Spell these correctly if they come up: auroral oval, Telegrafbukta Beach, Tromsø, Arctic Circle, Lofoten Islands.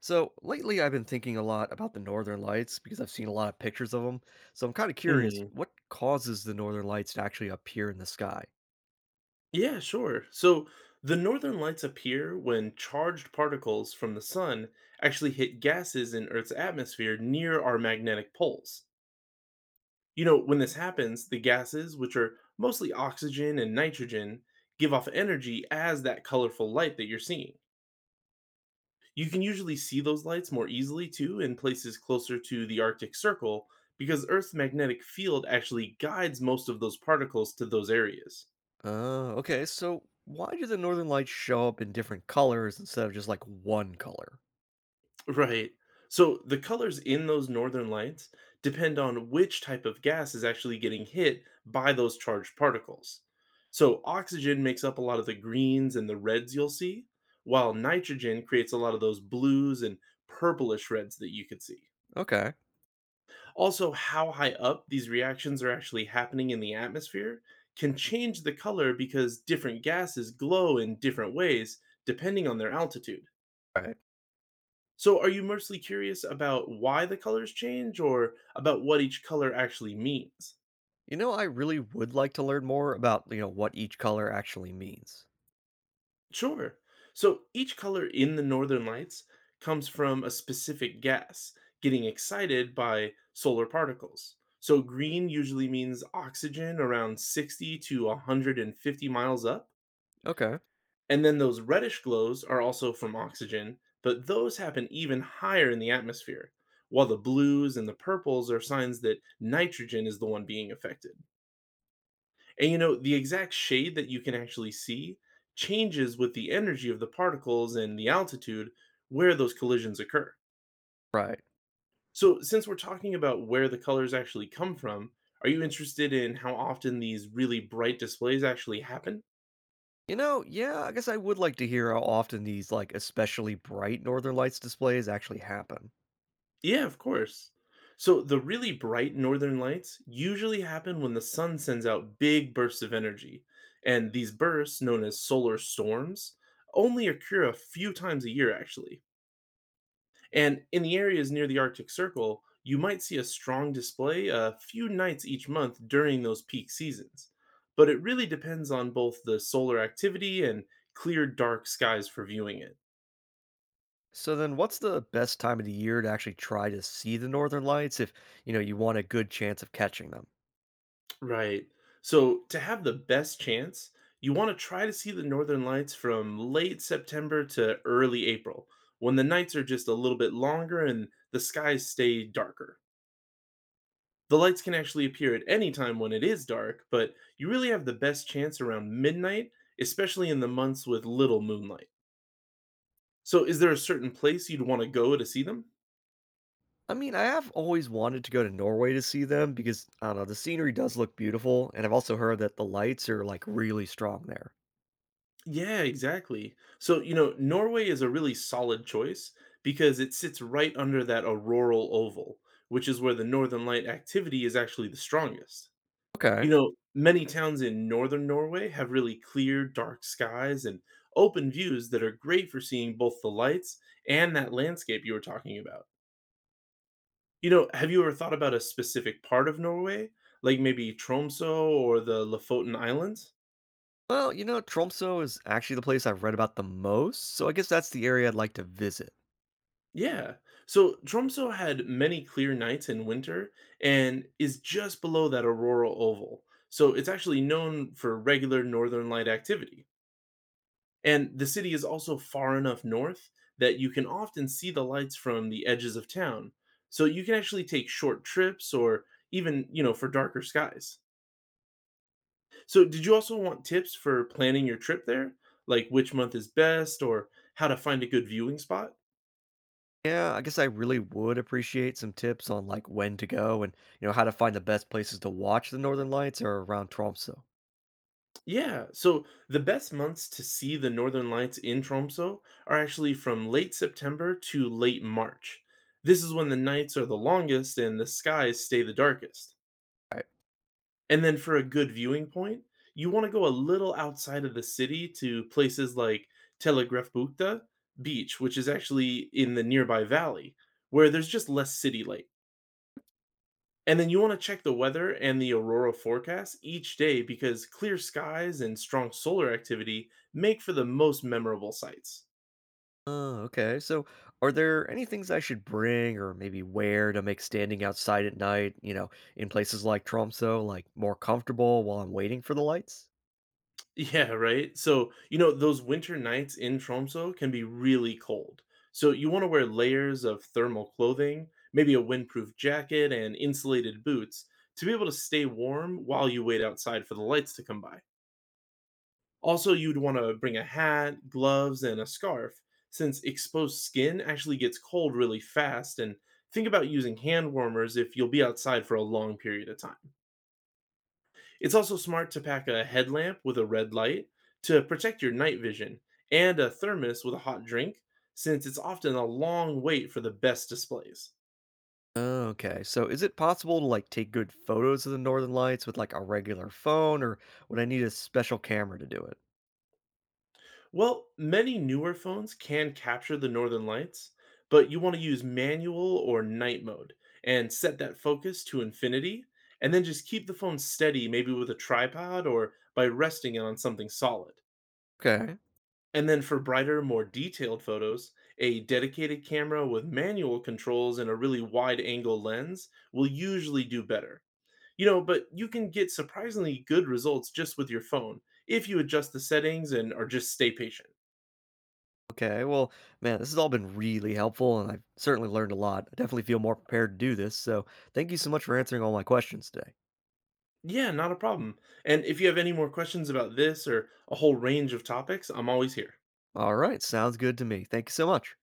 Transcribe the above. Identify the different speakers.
Speaker 1: So lately, I've been thinking a lot about the Northern Lights because I've seen a lot of pictures of them. So I'm kind of curious,
Speaker 2: Mhm.
Speaker 1: what causes the Northern Lights to actually appear in the sky?
Speaker 2: Yeah, sure. So the northern lights appear when charged particles from the sun actually hit gases in Earth's atmosphere near our magnetic poles. When this happens, the gases, which are mostly oxygen and nitrogen, give off energy as that colorful light that you're seeing. You can usually see those lights more easily too in places closer to the Arctic Circle because Earth's magnetic field actually guides most of those particles to those areas.
Speaker 1: Okay. So why do the Northern Lights show up in different colors instead of just like one color?
Speaker 2: Right. So the colors in those northern lights depend on which type of gas is actually getting hit by those charged particles. So oxygen makes up a lot of the greens and the reds you'll see, while nitrogen creates a lot of those blues and purplish reds that you could see.
Speaker 1: Okay.
Speaker 2: Also, how high up these reactions are actually happening in the atmosphere can change the color because different gases glow in different ways depending on their altitude.
Speaker 1: All right.
Speaker 2: So, are you mostly curious about why the colors change or about what each color actually means?
Speaker 1: You know, I really would like to learn more about what each color actually means.
Speaker 2: Sure. So, each color in the northern lights comes from a specific gas getting excited by solar particles. So, green usually means oxygen around 60 to 150 miles up.
Speaker 1: Okay.
Speaker 2: And then those reddish glows are also from oxygen, but those happen even higher in the atmosphere, while the blues and the purples are signs that nitrogen is the one being affected. The exact shade that you can actually see changes with the energy of the particles and the altitude where those collisions occur.
Speaker 1: Right.
Speaker 2: So, since we're talking about where the colors actually come from, are you interested in how often these really bright displays actually happen?
Speaker 1: You know, yeah, I guess I would like to hear how often these like especially bright Northern Lights displays actually happen.
Speaker 2: Yeah, of course. So, the really bright northern lights usually happen when the sun sends out big bursts of energy. And these bursts, known as solar storms, only occur a few times a year, actually. And in the areas near the Arctic Circle, you might see a strong display a few nights each month during those peak seasons. But it really depends on both the solar activity and clear, dark skies for viewing it.
Speaker 1: So then what's the best time of the year to actually try to see the northern lights if, you know, you want a good chance of catching them?
Speaker 2: Right. So, to have the best chance, you want to try to see the northern lights from late September to early April, when the nights are just a little bit longer and the skies stay darker. The lights can actually appear at any time when it is dark, but you really have the best chance around midnight, especially in the months with little moonlight. So, is there a certain place you'd want to go to see them?
Speaker 1: I mean, I have always wanted to go to Norway to see them because I don't know, the scenery does look beautiful, and I've also heard that the lights are like really strong there.
Speaker 2: Yeah, exactly. So, Norway is a really solid choice because it sits right under that auroral oval, which is where the northern light activity is actually the strongest.
Speaker 1: Okay.
Speaker 2: Many towns in northern Norway have really clear, dark skies and open views that are great for seeing both the lights and that landscape you were talking about. Have you ever thought about a specific part of Norway, like maybe Tromsø or the Lofoten Islands?
Speaker 1: Well, you know, Tromsø is actually the place I've read about the most, so I guess that's the area I'd like to visit.
Speaker 2: Yeah. So Tromsø had many clear nights in winter and is just below that auroral oval. So it's actually known for regular northern light activity. And the city is also far enough north that you can often see the lights from the edges of town. So you can actually take short trips or even, for darker skies. So did you also want tips for planning your trip there? Like which month is best or how to find a good viewing spot?
Speaker 1: Yeah, I guess I really would appreciate some tips on like when to go and, you know, how to find the best places to watch the northern lights or around Tromsø.
Speaker 2: Yeah, so the best months to see the northern lights in Tromso are actually from late September to late March. This is when the nights are the longest and the skies stay the darkest.
Speaker 1: Right.
Speaker 2: And then for a good viewing point, you wanna go a little outside of the city to places like Telegrafbukta Beach, which is actually in the nearby valley, where there's just less city light. And then you wanna check the weather and the aurora forecast each day because clear skies and strong solar activity make for the most memorable sights.
Speaker 1: Oh, okay. So, are there any things I should bring or maybe wear to make standing outside at night, you know, in places like Tromso, like more comfortable while I'm waiting for the lights?
Speaker 2: Yeah, right? So, those winter nights in Tromso can be really cold. So, you want to wear layers of thermal clothing, maybe a windproof jacket, and insulated boots to be able to stay warm while you wait outside for the lights to come by. Also, you'd want to bring a hat, gloves, and a scarf, since exposed skin actually gets cold really fast. And think about using hand warmers if you'll be outside for a long period of time. It's also smart to pack a headlamp with a red light to protect your night vision and a thermos with a hot drink, since it's often a long wait for the best displays.
Speaker 1: Oh, okay. So, is it possible to like take good photos of the northern lights with like a regular phone or would I need a special camera to do it?
Speaker 2: Well, many newer phones can capture the northern lights, but you want to use manual or night mode and set that focus to infinity, and then just keep the phone steady, maybe with a tripod or by resting it on something solid.
Speaker 1: Okay.
Speaker 2: And then for brighter, more detailed photos, a dedicated camera with manual controls and a really wide angle lens will usually do better. But you can get surprisingly good results just with your phone if you adjust the settings and or just stay patient.
Speaker 1: Okay. Well, man, this has all been really helpful and I've certainly learned a lot. I definitely feel more prepared to do this. So, thank you so much for answering all my questions today.
Speaker 2: Yeah, not a problem. And if you have any more questions about this or a whole range of topics, I'm always here.
Speaker 1: All right. Sounds good to me. Thank you so much.